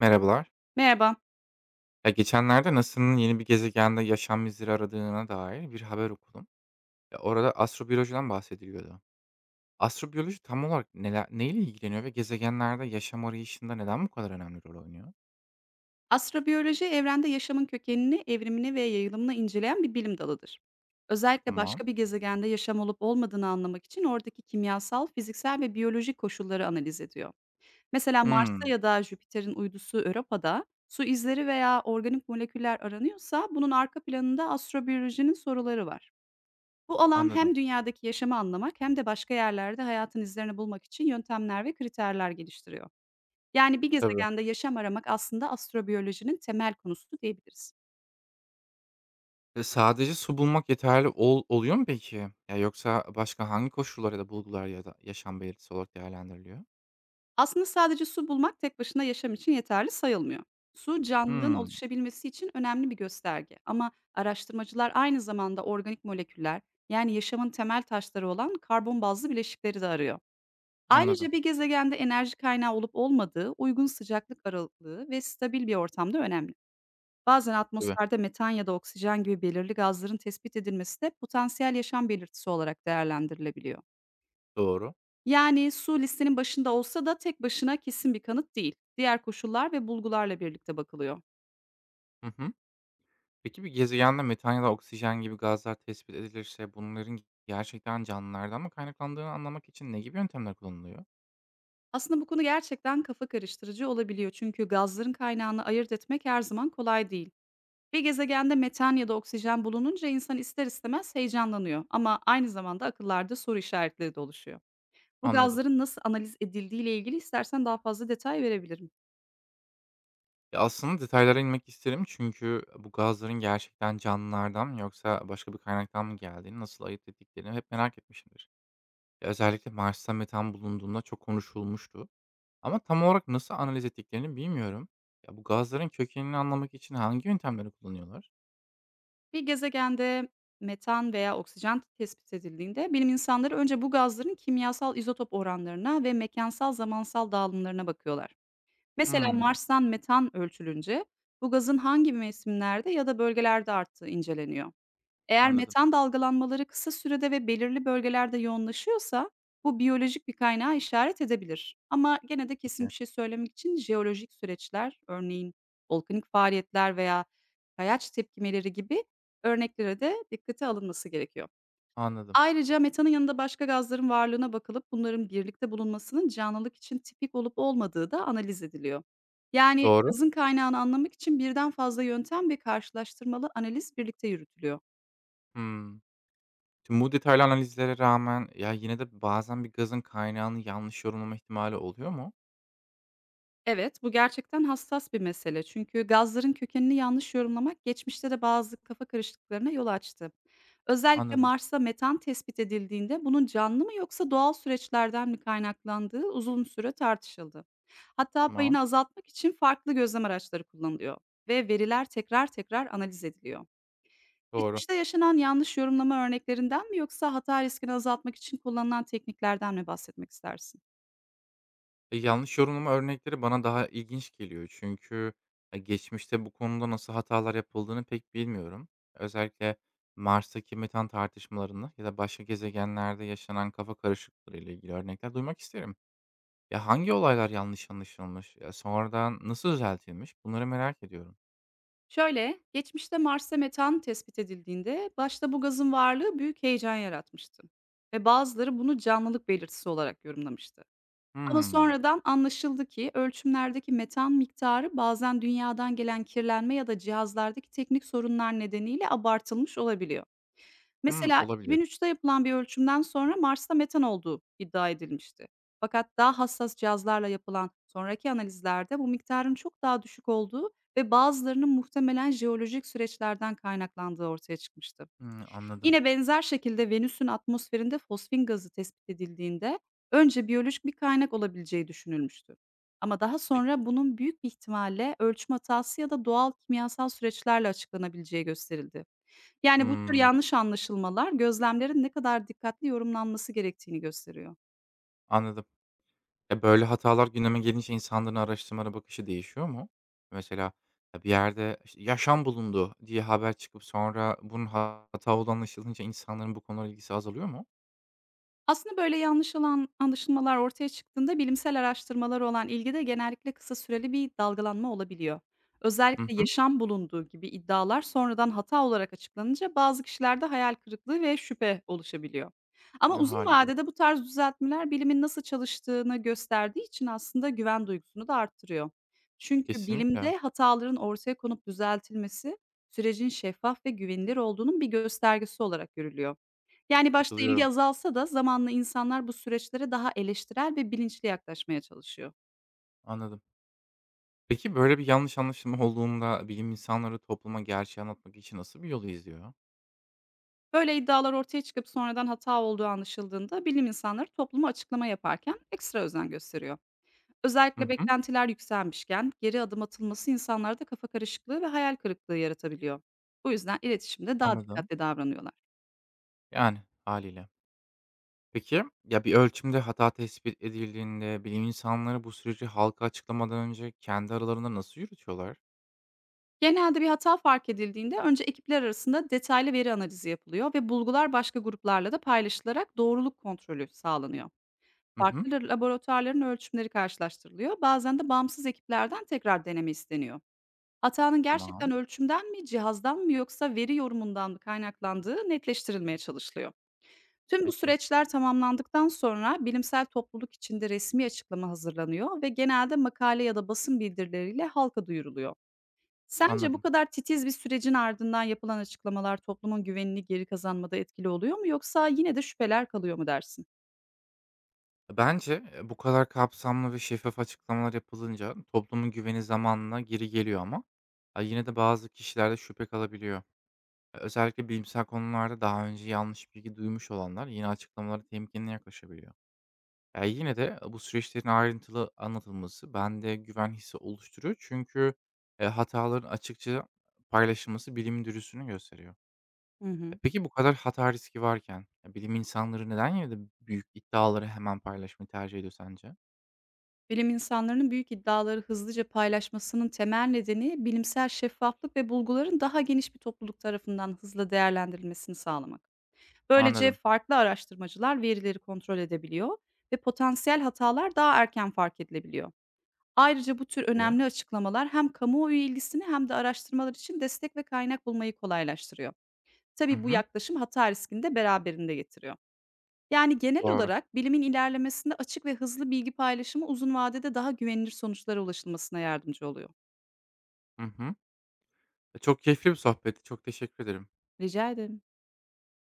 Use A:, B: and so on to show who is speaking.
A: Merhabalar.
B: Merhaba.
A: Ya geçenlerde NASA'nın yeni bir gezegende yaşam izleri aradığına dair bir haber okudum. Ya orada astrobiyolojiden bahsediliyordu. Astrobiyoloji tam olarak neler, neyle ilgileniyor ve gezegenlerde yaşam arayışında neden bu kadar önemli rol oynuyor?
B: Astrobiyoloji evrende yaşamın kökenini, evrimini ve yayılımını inceleyen bir bilim dalıdır. Özellikle
A: Tamam.
B: başka bir gezegende yaşam olup olmadığını anlamak için oradaki kimyasal, fiziksel ve biyolojik koşulları analiz ediyor. Mesela Mars'ta
A: Hmm,
B: ya da Jüpiter'in uydusu Europa'da su izleri veya organik moleküller aranıyorsa bunun arka planında astrobiyolojinin soruları var. Bu alan
A: anladım.
B: hem dünyadaki yaşamı anlamak hem de başka yerlerde hayatın izlerini bulmak için yöntemler ve kriterler geliştiriyor. Yani bir
A: Tabii.
B: gezegende yaşam aramak aslında astrobiyolojinin temel konusu diyebiliriz.
A: Sadece su bulmak yeterli oluyor mu peki? Ya yoksa başka hangi koşullar ya da bulgular ya da yaşam belirtisi olarak değerlendiriliyor?
B: Aslında sadece su bulmak tek başına yaşam için yeterli sayılmıyor. Su canlılığın
A: Hmm,
B: oluşabilmesi için önemli bir gösterge, ama araştırmacılar aynı zamanda organik moleküller, yani yaşamın temel taşları olan karbon bazlı bileşikleri de arıyor.
A: anladım.
B: Ayrıca bir gezegende enerji kaynağı olup olmadığı, uygun sıcaklık aralığı ve stabil bir ortamda önemli. Bazen
A: Tabii.
B: atmosferde metan ya da oksijen gibi belirli gazların tespit edilmesi de potansiyel yaşam belirtisi olarak değerlendirilebiliyor.
A: Doğru.
B: Yani su listenin başında olsa da tek başına kesin bir kanıt değil. Diğer koşullar ve bulgularla birlikte bakılıyor.
A: Hı hı. Peki bir gezegende metan ya da oksijen gibi gazlar tespit edilirse bunların gerçekten canlılardan mı kaynaklandığını anlamak için ne gibi yöntemler kullanılıyor?
B: Aslında bu konu gerçekten kafa karıştırıcı olabiliyor, çünkü gazların kaynağını ayırt etmek her zaman kolay değil. Bir gezegende metan ya da oksijen bulununca insan ister istemez heyecanlanıyor, ama aynı zamanda akıllarda soru işaretleri de oluşuyor. Bu
A: Anladım.
B: gazların nasıl analiz edildiğiyle ilgili istersen daha fazla detay verebilirim.
A: Ya aslında detaylara inmek isterim çünkü bu gazların gerçekten canlılardan mı yoksa başka bir kaynaktan mı geldiğini, nasıl ayırt ettiklerini hep merak etmişimdir. Ya özellikle Mars'ta metan bulunduğunda çok konuşulmuştu ama tam olarak nasıl analiz ettiklerini bilmiyorum. Ya bu gazların kökenini anlamak için hangi yöntemleri kullanıyorlar?
B: Bir gezegende metan veya oksijen tespit edildiğinde bilim insanları önce bu gazların kimyasal izotop oranlarına ve mekansal zamansal dağılımlarına bakıyorlar. Mesela
A: Hmm,
B: Mars'tan metan ölçülünce bu gazın hangi mevsimlerde ya da bölgelerde arttığı inceleniyor. Eğer
A: anladım.
B: metan dalgalanmaları kısa sürede ve belirli bölgelerde yoğunlaşıyorsa bu biyolojik bir kaynağa işaret edebilir. Ama gene de
A: Peki,
B: kesin bir şey söylemek için jeolojik süreçler, örneğin volkanik faaliyetler veya kayaç tepkimeleri gibi örneklere de dikkate alınması gerekiyor.
A: anladım.
B: Ayrıca metanın yanında başka gazların varlığına bakılıp bunların birlikte bulunmasının canlılık için tipik olup olmadığı da analiz ediliyor. Yani
A: Doğru.
B: gazın kaynağını anlamak için birden fazla yöntem ve karşılaştırmalı analiz birlikte yürütülüyor.
A: Hmm. Tüm bu detaylı analizlere rağmen, ya, yine de bazen bir gazın kaynağını yanlış yorumlama ihtimali oluyor mu?
B: Evet, bu gerçekten hassas bir mesele. Çünkü gazların kökenini yanlış yorumlamak geçmişte de bazı kafa karışıklıklarına yol açtı. Özellikle
A: Anladım.
B: Mars'ta metan tespit edildiğinde bunun canlı mı yoksa doğal süreçlerden mi kaynaklandığı uzun süre tartışıldı. Hatta
A: Tamam.
B: payını azaltmak için farklı gözlem araçları kullanılıyor ve veriler tekrar tekrar analiz ediliyor.
A: Doğru.
B: Geçmişte yaşanan yanlış yorumlama örneklerinden mi yoksa hata riskini azaltmak için kullanılan tekniklerden mi bahsetmek istersin?
A: Yanlış yorumlama örnekleri bana daha ilginç geliyor. Çünkü geçmişte bu konuda nasıl hatalar yapıldığını pek bilmiyorum. Özellikle Mars'taki metan tartışmalarında ya da başka gezegenlerde yaşanan kafa karışıklıkları ile ilgili örnekler duymak isterim. Ya, hangi olaylar yanlış anlaşılmış? Ya, sonradan nasıl düzeltilmiş? Bunları merak ediyorum.
B: Şöyle, geçmişte Mars'ta metan tespit edildiğinde başta bu gazın varlığı büyük heyecan yaratmıştı ve bazıları bunu canlılık belirtisi olarak yorumlamıştı. Ama
A: Hımm.
B: sonradan anlaşıldı ki ölçümlerdeki metan miktarı bazen dünyadan gelen kirlenme ya da cihazlardaki teknik sorunlar nedeniyle abartılmış olabiliyor.
A: Hımm,
B: Mesela
A: olabilir.
B: 2003'te yapılan bir ölçümden sonra Mars'ta metan olduğu iddia edilmişti. Fakat daha hassas cihazlarla yapılan sonraki analizlerde bu miktarın çok daha düşük olduğu ve bazılarının muhtemelen jeolojik süreçlerden kaynaklandığı ortaya çıkmıştı.
A: Hımm, anladım.
B: Yine benzer şekilde Venüs'ün atmosferinde fosfin gazı tespit edildiğinde önce biyolojik bir kaynak olabileceği düşünülmüştü. Ama daha
A: Peki.
B: sonra bunun büyük bir ihtimalle ölçüm hatası ya da doğal kimyasal süreçlerle açıklanabileceği gösterildi. Yani bu tür
A: Hımm,
B: yanlış anlaşılmalar gözlemlerin ne kadar dikkatli yorumlanması gerektiğini gösteriyor.
A: anladım. Böyle hatalar gündeme gelince insanların araştırmalara bakışı değişiyor mu? Mesela, ya, bir yerde, işte, "Yaşam bulundu." diye haber çıkıp sonra bunun hata olduğu anlaşılınca insanların bu konulara ilgisi azalıyor mu?
B: Aslında böyle yanlış olan anlaşılmalar ortaya çıktığında bilimsel araştırmalara olan ilgide genellikle kısa süreli bir dalgalanma olabiliyor.
A: Hı
B: Özellikle
A: hı.
B: yaşam bulunduğu gibi iddialar sonradan hata olarak açıklanınca bazı kişilerde hayal kırıklığı ve şüphe oluşabiliyor. Ama
A: E,
B: uzun
A: hâliyle.
B: vadede bu tarz düzeltmeler bilimin nasıl çalıştığını gösterdiği için aslında güven duygusunu da arttırıyor. Çünkü
A: Kesinlikle.
B: bilimde hataların ortaya konup düzeltilmesi sürecin şeffaf ve güvenilir olduğunun bir göstergesi olarak görülüyor. Yani, başta ilgi
A: Katılıyorum.
B: azalsa da zamanla insanlar bu süreçlere daha eleştirel ve bilinçli yaklaşmaya çalışıyor.
A: Anladım. Peki, böyle bir yanlış anlaşılma olduğunda bilim insanları topluma gerçeği anlatmak için nasıl bir yol izliyor?
B: Böyle iddialar ortaya çıkıp sonradan hata olduğu anlaşıldığında bilim insanları topluma açıklama yaparken ekstra özen gösteriyor.
A: Hı
B: Özellikle
A: hı.
B: beklentiler yükselmişken geri adım atılması insanlarda kafa karışıklığı ve hayal kırıklığı yaratabiliyor. Bu yüzden iletişimde daha
A: Anladım.
B: dikkatli davranıyorlar.
A: Yani, hâliyle. Peki, ya, bir ölçümde hata tespit edildiğinde bilim insanları bu süreci halka açıklamadan önce kendi aralarında nasıl yürütüyorlar?
B: Genelde bir hata fark edildiğinde önce ekipler arasında detaylı veri analizi yapılıyor ve bulgular başka gruplarla da paylaşılarak doğruluk kontrolü sağlanıyor.
A: Hı hı.
B: Farklı laboratuvarların ölçümleri karşılaştırılıyor. Bazen de bağımsız ekiplerden tekrar deneme isteniyor. Hatanın gerçekten
A: Tamam.
B: ölçümden mi, cihazdan mı yoksa veri yorumundan mı kaynaklandığı netleştirilmeye çalışılıyor. Tüm bu
A: Peki,
B: süreçler tamamlandıktan sonra bilimsel topluluk içinde resmi açıklama hazırlanıyor ve genelde makale ya da basın bildirileriyle halka duyuruluyor. Sence bu
A: anladım.
B: kadar titiz bir sürecin ardından yapılan açıklamalar toplumun güvenini geri kazanmada etkili oluyor mu, yoksa yine de şüpheler kalıyor mu dersin?
A: Bence, bu kadar kapsamlı ve şeffaf açıklamalar yapılınca toplumun güveni zamanla geri geliyor ama, yine de bazı kişilerde şüphe kalabiliyor. Özellikle bilimsel konularda daha önce yanlış bilgi duymuş olanlar yeni açıklamalara temkinli yaklaşabiliyor. Ya, yine de bu süreçlerin ayrıntılı anlatılması bende güven hissi oluşturuyor. Çünkü hataların açıkça paylaşılması bilimin dürüstlüğünü gösteriyor.
B: Hı hı.
A: Peki bu kadar hata riski varken, ya, bilim insanları neden yine de büyük iddiaları hemen paylaşmayı tercih ediyor sence?
B: Bilim insanlarının büyük iddiaları hızlıca paylaşmasının temel nedeni bilimsel şeffaflık ve bulguların daha geniş bir topluluk tarafından hızla değerlendirilmesini sağlamak. Böylece
A: Anladım.
B: farklı araştırmacılar verileri kontrol edebiliyor ve potansiyel hatalar daha erken fark edilebiliyor. Ayrıca bu tür
A: Peki.
B: önemli açıklamalar hem kamuoyu ilgisini hem de araştırmalar için destek ve kaynak bulmayı kolaylaştırıyor.
A: Hı
B: Tabii bu
A: hı.
B: yaklaşım hata riskini de beraberinde getiriyor. Yani, genel
A: Doğru.
B: olarak bilimin ilerlemesinde açık ve hızlı bilgi paylaşımı uzun vadede daha güvenilir sonuçlara ulaşılmasına yardımcı oluyor.
A: Hı hı. Çok keyifli bir sohbetti. Çok teşekkür ederim.
B: Rica ederim.